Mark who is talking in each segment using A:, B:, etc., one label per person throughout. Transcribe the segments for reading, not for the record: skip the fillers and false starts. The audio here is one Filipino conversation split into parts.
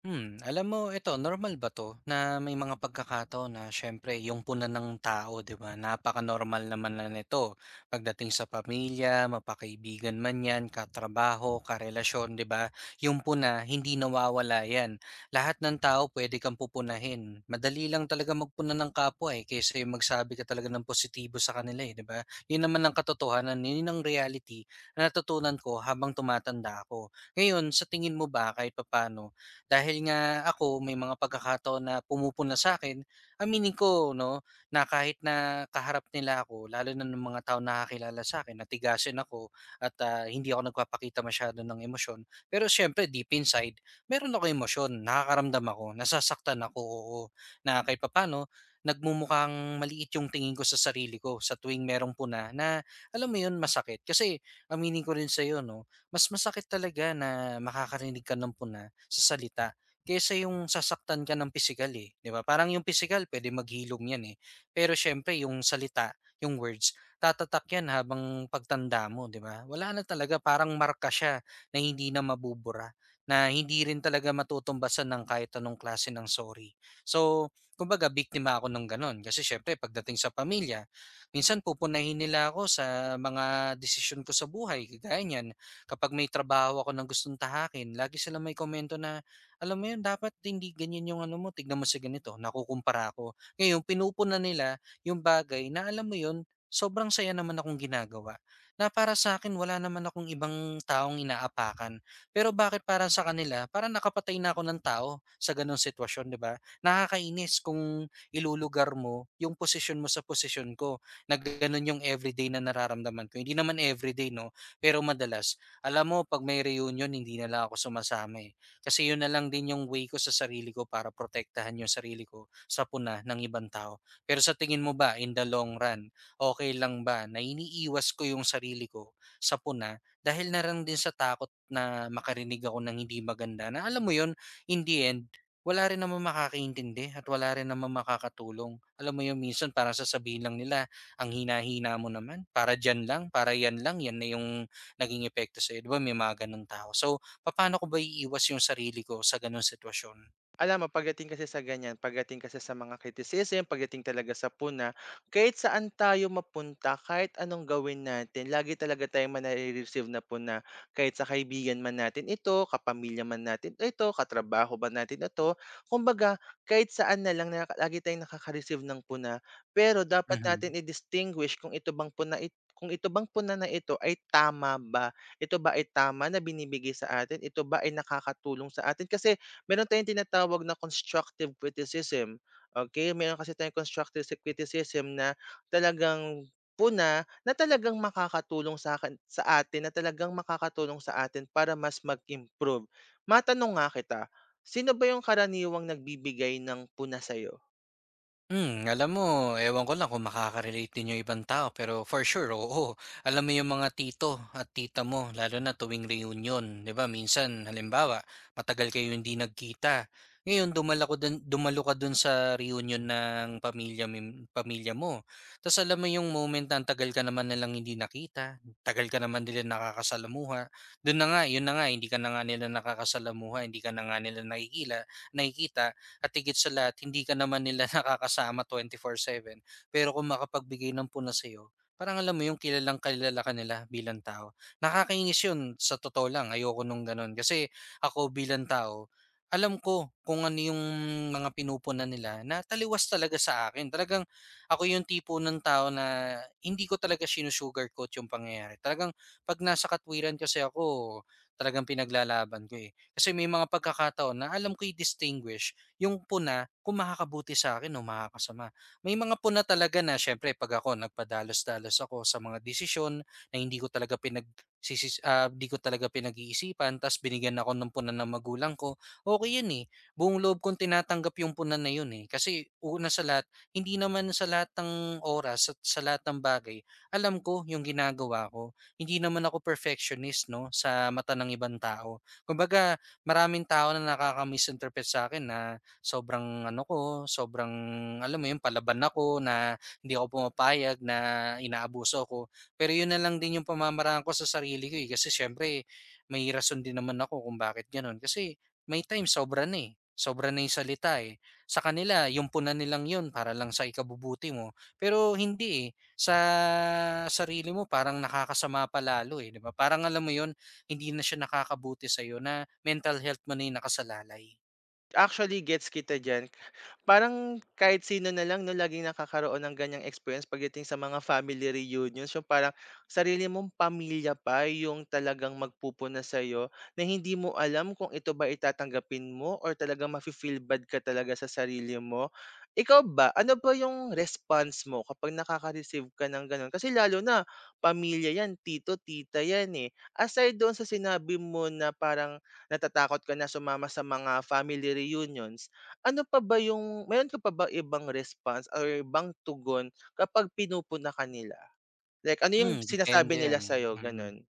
A: Alam mo ito, normal ba 'to na may mga pagkakataon na siyempre yung punan ng tao, 'di ba? Napaka-normal naman na nito pagdating sa pamilya, mapakaibigan man 'yan, katrabaho, karelasyon, 'di ba? Yung puna, hindi nawawala 'yan. Lahat ng tao pwede kang pupunahin. Madali lang talaga magpuna ng kapwa, eh, kaysa yung magsabi ka talaga ng positibo sa kanila, eh, 'di ba? Yun naman ang katotohanan, yun ang reality na natutunan ko habang tumatanda ako. Ngayon, sa tingin mo ba kahit papaano dahil nga ako may mga pagkakataon na pumupuna sa'kin, aminin ko 'no, na kahit na kaharap nila ako lalo na ng mga taong nakakilala sa akin, natigasin ako at, hindi ako nagpapakita masyado ng emosyon. Pero siyempre deep inside meron ako emosyon, nakakaramdam ako, nasasaktan ako, oo, na kahit papaano nagmumukhang maliit yung tingin ko sa sarili ko sa tuwing merong puna na alam mo yun masakit. Kasi aminin ko rin sa'yo 'no, mas masakit talaga na makakarinig ka ng puna sa salita kaysa yung sasaktan ka ng pisikal, eh, 'di ba? Parang yung pisikal pwede maghilom 'yan, eh, pero siyempre yung salita, yung words, tatatak 'yan habang pagtanda mo, 'di ba? Wala na talaga, parang marka siya na hindi na mabubura, na hindi rin talaga matutumbasan ng kahit anong klase ng sorry. So, kumbaga biktima ako ng gano'n kasi siyempre pagdating sa pamilya, minsan pupunahin nila ako sa mga desisyon ko sa buhay, kagaya niyan kapag may trabaho ako ng gustong tahakin, lagi sila may komento na, alam mo yun, dapat hindi ganyan yung ano mo, tignan mo si ganito, nakukumpara ako. Ngayon, pinupuna nila yung bagay na alam mo yun, sobrang saya naman akong ginagawa. Na para sa akin, wala naman akong ibang taong inaapakan. Pero bakit para sa kanila, para nakapatay na ako ng tao sa ganong sitwasyon, di ba? Nakakainis kung ilulugar mo yung posisyon mo sa posisyon ko na ganun yung everyday na nararamdaman ko. Hindi naman everyday, no? Pero madalas. Alam mo 'pag may reunion hindi na lang ako sumasama, eh, kasi yun na lang din yung way ko sa sarili ko para protektahan yung sarili ko sa puna ng ibang tao. Pero sa tingin mo ba in the long run, okay lang ba na iniiwas ko yung sarili ko sa puna dahil na lang din sa takot na makarinig ako ng hindi maganda na alam mo yun, in the end, wala rin namang makakaintindi at wala rin namang makakatulong. Alam mo yun minsan parang sasabihin lang nila, "Ang hina-hina mo naman, para diyan lang, para yan lang, yan na yung naging epekto sa'yo, 'di ba may mga gano'n tao. So, papaano ko ba iiwas yung sarili ko sa gano'ng sitwasyon?
B: Alam mo pagdating kasi sa ganyan, pagdating kasi sa mga criticism, pagdating talaga sa puna, kahit saan tayo mapunta, kahit anong gawin natin, lagi talaga tayong manare-receive na puna. Kahit sa kaibigan man natin ito, kapamilya man natin ito, katrabaho ba natin ito, kumbaga kahit saan na lang na lagi tayong nakaka-receive ng puna. Pero dapat
A: Mhm.
B: natin i-distinguish kung ito bang puna na ito ay tama ba? Ito ba ay tama na binibigay sa atin? Ito ba ay nakakatulong sa atin? Kasi meron tayong tinatawag na constructive criticism, okay, meron kasi tayong constructive criticism na talagang puna, na talagang makakatulong sa'kin sa atin, na talagang makakatulong sa atin para mas mag-improve. Matanong nga kita, sino ba yung karaniwang nagbibigay ng puna sa'yo?
A: Alam mo, ewan ko lang kung makaka-relate din yung ibang tao, pero for sure, oo. Alam mo yung mga tito at tita mo, lalo na tuwing reunion, 'di ba? Minsan, halimbawa, matagal kayo hindi nagkita. Ngayon, dumala ko dun, dumalo ka dun sa reunion ng pamilya, pamilya mo. Tapos alam mo yung moment na ang tagal ka naman nilang hindi nakita, tagal ka naman nila nakakasalamuha. Doon na nga, yun na nga, hindi ka na nga nila nakakasalamuha, hindi ka na nga nila nakikila, nakikita at higit sa lahat hindi ka naman nila nakakasama 24/7. Pero kung makapagbigay ng puna sa'yo, parang alam mo yung kilalang kilala ka nila bilang tao. Nakakainis yun sa totoo lang, ayoko nung gano'n. Kasi ako bilang tao, alam ko kung ano yung mga pinupunan nila na taliwas talaga sa akin. Talagang ako yung tipo ng tao na hindi ko talaga sinu-sugarcoat yung pangyayari. Talagang 'pag nasa katwiran kasi ako, talagang pinaglalaban ko, eh. Kasi may mga pagkakataon na alam ko i-distinguish yung puna kung makakabuti sa akin o makakasama. May mga puna talaga na siyempre 'pag ako nagpadalos-dalos ako sa mga desisyon na hindi ko talaga hindi ko talaga pinag-iisipan ta's binigyan ako ng puna ng magulang ko, okay 'yun, eh. Buong loob kong tinatanggap yung puna na 'yun, eh, kasi una sa lahat, hindi naman sa lahat ng oras at sa lahat ng bagay alam ko yung ginagawa ko. Hindi naman ako perfectionist 'no, sa mata ng ibang tao. Kumbaga maraming tao na nakaka-misinterpret sa akin na sobrang ano ko, sobrang alam mo yung palaban ako na hindi ako pumapayag na inaabuso ako. Pero 'yun na lang din yung pamamaraan ko sa sarili ko, eh, kasi siyempre may rason din naman ako kung bakit gano'n. Kasi may time sobra na, eh, sobra na yung salita, eh. Sa kanila yumpunan nilang 'yun para lang sa ikabubuti mo. Pero hindi, eh, sa sarili mo parang nakakasama pa lalo, eh, 'di ba? Parang alam mo 'yun, hindi na siya nakakabuti sa'yo na mental health mo na yung nakasalalay.
B: Actually, gets kita diyan. Parang kahit sino na lang 'no, laging nakakaroon ng ganiyang experience pagdating sa mga family reunions, yung parang sarili mong pamilya pa yung talagang magpupuna sa'yo na hindi mo alam kung ito ba itatanggapin mo or talagang mafe-feel bad ka talaga sa sarili mo. Ikaw ba, ano ba yung response mo kapag nakaka-receive ka ng gano'n? Kasi lalo na pamilya 'yan, tito, tita 'yan, eh. Aside doon sa sinabi mo na parang natatakot ka na sumama sa mga family reunions, ano pa ba yung meron ka pa ba ibang response or ibang tugon kapag pinupuna ka nila? Like ano yung
A: Depende
B: sinasabi nila
A: 'yan,
B: sa'yo,
A: mm.
B: gano'n?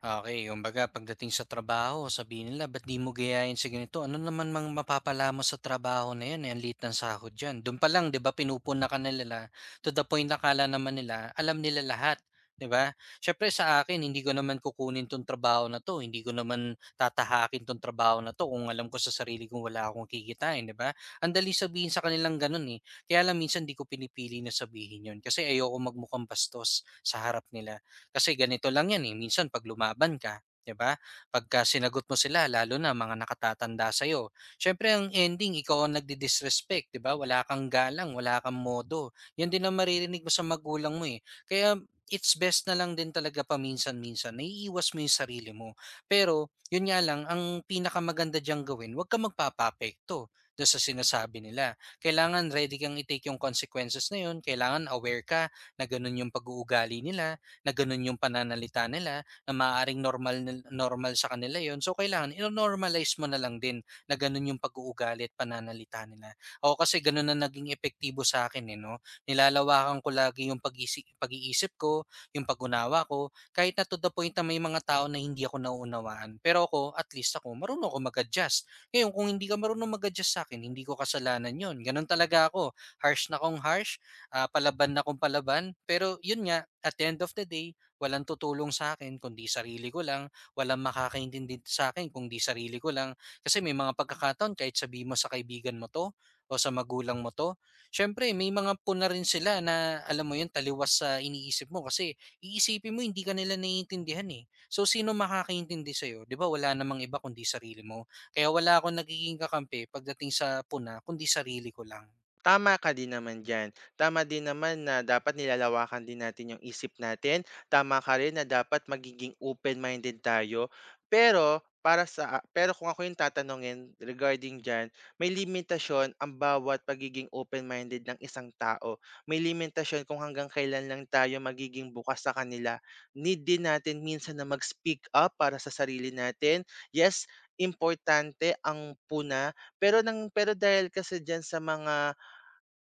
A: Okey, kumbaga pagdating sa trabaho sabihin nila, "Ba't 'di mo gayahin si ganito? Ano naman mang mapapala mo sa trabaho na 'yan, eh, ang liit ng sahod diyan." Do'n pa lang 'di ba pinupuna ka na nila to the point na kala naman nila alam nila lahat, 'di ba? Siyempre sa akin hindi ko naman kukunin 'tong trabaho na 'to, hindi ko naman tatahakin 'tong trabaho na 'to kung alam ko sa sarili kong wala akong kikitain, 'di ba? Ang daling sabihin sa kanilang gano'n, eh, kaya lang minsan 'di ko pinipili na sabihin 'yon kasi ayoko magmukhang bastos sa harap nila. Kasi ganito lang yan, eh, minsan 'pag lumaban ka, 'di ba? Pagka sinagot mo sila lalo na mga nakatatanda sa'yo, siyempre ang ending ikaw ang nagdi-disrespect, 'di ba? Wala kang galang, wala kang modo. Yan din ang maririnig mo sa magulang mo, eh. Kaya it's best na lang din talaga paminsan-minsan naiiwas mo yung sarili mo. Pero yun nga lang, ang pinakamaganda diyang gawin, huwag kang magpapaapekto do'n sa sinasabi nila. Kailangan ready kang i-take yung consequences na yun, kailangan aware ka na gano'n yung pag-uugali nila na ganun yung pananalita nila, na maaaring normal normal sa kanila yon. So, kailangan ino-normalize mo na lang din na ganun yung pag-uugali at pananalita nila. Ako kasi ganun na naging epektibo sa akin eh, 'no. Nilalawakan ko lagi yung pag-iisip ko, yung pag-unawa ko, kahit na to the point na may mga tao na hindi ako nauunawaan. Pero ako, at least ako, marunong ako mag-adjust. Ngayon kung hindi ka marunong mag-adjust sa akin hindi ko kasalanan yon ganun talaga ako. Harsh na kong harsh, palaban na akong palaban, pero yun nga, at the end of the day, walang tutulong sa akin kundi sarili ko lang, walang makakaintindi sa akin kundi sarili ko lang. Kasi may mga pagkakataon kahit sabi mo sa kaibigan mo 'to o sa magulang mo 'to, siyempre may mga puna rin sila na alam mo yun, taliwas sa iniisip mo kasi iisipin mo hindi ka nila naiintindihan, eh. So, sino makakaintindi sa'yo, 'di ba wala namang iba kundi sarili mo. Kaya wala akong nagiging kakampi pagdating sa puna kundi sarili ko lang.
B: Tama ka din naman diyan. Tama din naman na dapat nilalawakan din natin yung isip natin. Tama ka rin na dapat magiging open-minded tayo. Pero para sa pero kung ako yung tatanungin regarding diyan, may limitasyon ang bawat pagiging open-minded ng isang tao. May limitasyon kung hanggang kailan lang tayo magiging bukas sa kanila. Need din natin minsan na mag-speak up para sa sarili natin. Yes, importante ang puna, pero dahil kasi diyan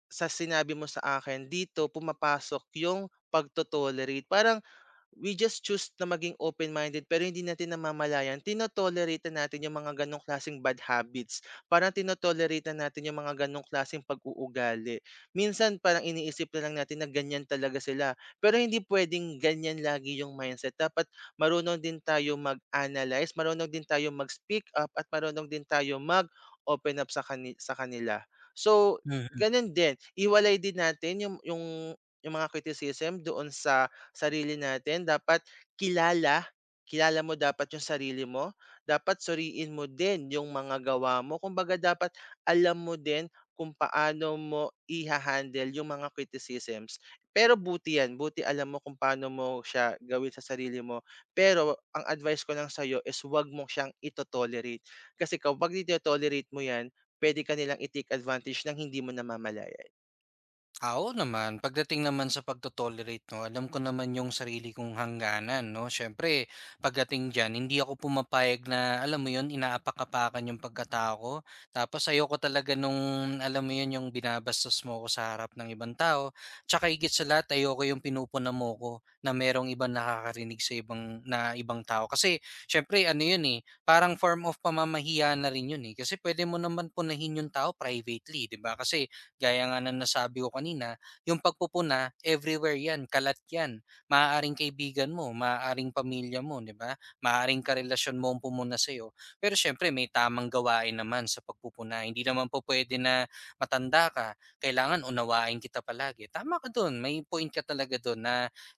B: sa sinabi mo sa akin dito pumapasok yung pagto-tolerate. Parang we just choose na maging open-minded pero hindi natin namamalayan tino-tolerate na natin yung mga ganong klaseng bad habits. Parang tino na natin yung mga ganong klaseng pag-uugali. Minsan parang iniisip na lang natin na ganyan talaga sila, pero hindi puwedeng ganyan lagi yung mindset. Dapat marunong din tayo mag-analyze, marunong din tayo mag-speak up at marunong din tayo mag-open up sa kanila. So, gano'n din, iwalay din natin yung mga criticism doon sa sarili natin. Dapat kilala, kilala mo dapat yung sarili mo. Dapat suriin mo din yung mga gawa mo. Kumbaga dapat alam mo din kung paano mo iha-handle yung mga criticisms. Pero buti yan, buti alam mo kung paano mo siya gawin sa sarili mo. Pero ang advice ko lang sa'yo is wag mo siyang ito-tolerate. Kasi kapag ito-tolerate mo yan, pwede ka nilang i-take advantage ng hindi mo namamalayan.
A: Ah, oo naman. Pagdating naman sa 'no, alam ko naman yung sarili kong hangganan 'no. Siyempre pagdating diyan hindi ako pumapayag na alam mo yun, inaapak-apakan yung pagkatao ko. Tapos ayoko talaga nung alam mo yun, yung binabastos mo ko sa harap ng ibang tao. Tsaka higit sa lahat ayoko yung pinupuna mo ko na merong ibang nakakarinig sa ibang na ibang tao. Kasi siyempre ano yun, eh, parang form of pamamahiya na rin yun, eh. Kasi pwede mo naman punahin yung tao privately, 'di ba? Kasi gaya nga ng nasabi ko kanina, yung pagpupuna everywhere 'yan, kalat 'yan. Maaaring kaibigan mo, maaaring pamilya mo, 'di ba? Maaaring karelasyon mo ang pumuna sa'yo. Pero siyempre may tamang gawain naman sa pagpupuna. Hindi naman po puwede na matanda ka, kailangan unawain kita palagi. Tama ka do'n, may point ka talaga do'n na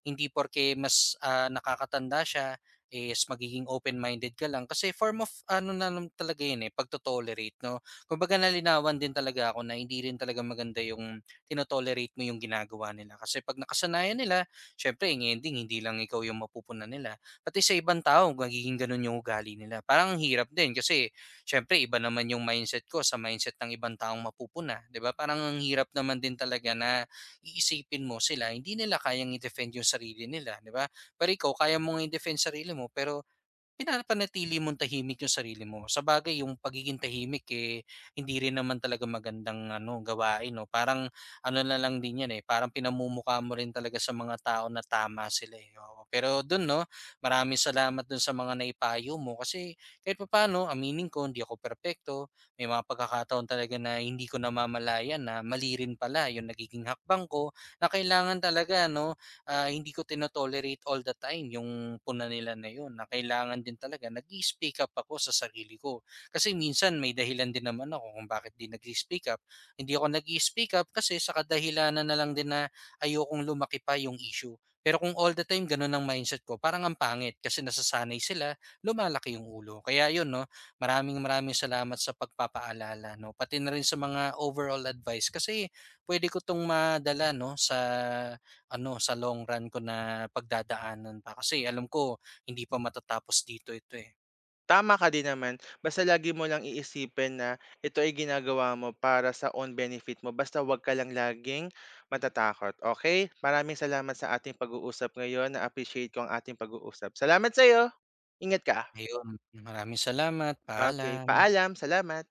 A: hindi porke mas, nakakatanda siya is magiging open-minded ka lang kasi form of ano na lang talaga 'yun, eh, 'no. Kumbaga nalinawan din talaga ako na hindi rin talaga maganda yung mo yung ginagawa nila. Kasi 'pag nakasanayan nila, siyempre in ending hindi lang ikaw yung mapupunan nila, pati sa ibang tao magiging gano'n yung ugali nila. Parang ang hirap din kasi siyempre iba naman yung mindset ko sa mindset ng ibang taong mapupuna, 'di ba? Parang ang hirap naman din talaga na iisipin mo sila hindi nila kayang i-defend yung sarili nila, 'di ba? Pero ikaw kaya mong i-defend sarili mo pero pinapanatili mong tahimik yung sarili mo. Sa bagay yung pagiging tahimik, eh, hindi rin naman talaga magandang ano, gawain 'no, parang ano na lang din 'yan, eh, parang pinamumukha mo rin talaga sa mga tao na tama sila, eh, oo. Pero dun 'no, maraming salamat dun sa mga naipayo mo kasi kahit papaano aminin ko hindi ako perpekto. May mga pagkakataon talaga na hindi ko namamalayan na mali rin pala yung nagiging hakbang ko na kailangan talaga ano hindi ko tino-tolerate all the time yung puna nila na yun na kailangan din talaga nag speak up ako sa sarili ko. Kasi minsan may dahilan din naman ako kung bakit di nag speak up. Hindi ako nag speak up kasi sa kadahilanan na lang din na ayokong lumaki pa yung issue. Pero kung all the time ganun ang mindset ko, parang ang pangit kasi nasasanay sila, lumalaki yung ulo. Kaya yun, no, maraming maraming salamat sa pagpapaalala, no, pati na rin sa mga overall advice kasi pwede ko tong madala, no, sa ano, sa long run ko na pagdadaanan pa kasi alam ko hindi pa matatapos dito ito, eh.
B: Tama ka din naman, basta lagi mo lang iisipin na ito ay ginagawa mo para sa own benefit mo, basta 'wag ka lang laging matatakot, okay? Maraming salamat sa ating pag-uusap ngayon, na-appreciate ko ang ating pag-uusap. Salamat sa'yo. Ingat ka.
A: Ayun, maraming salamat,
B: Okay?
A: paalam.
B: Paalam, salamat.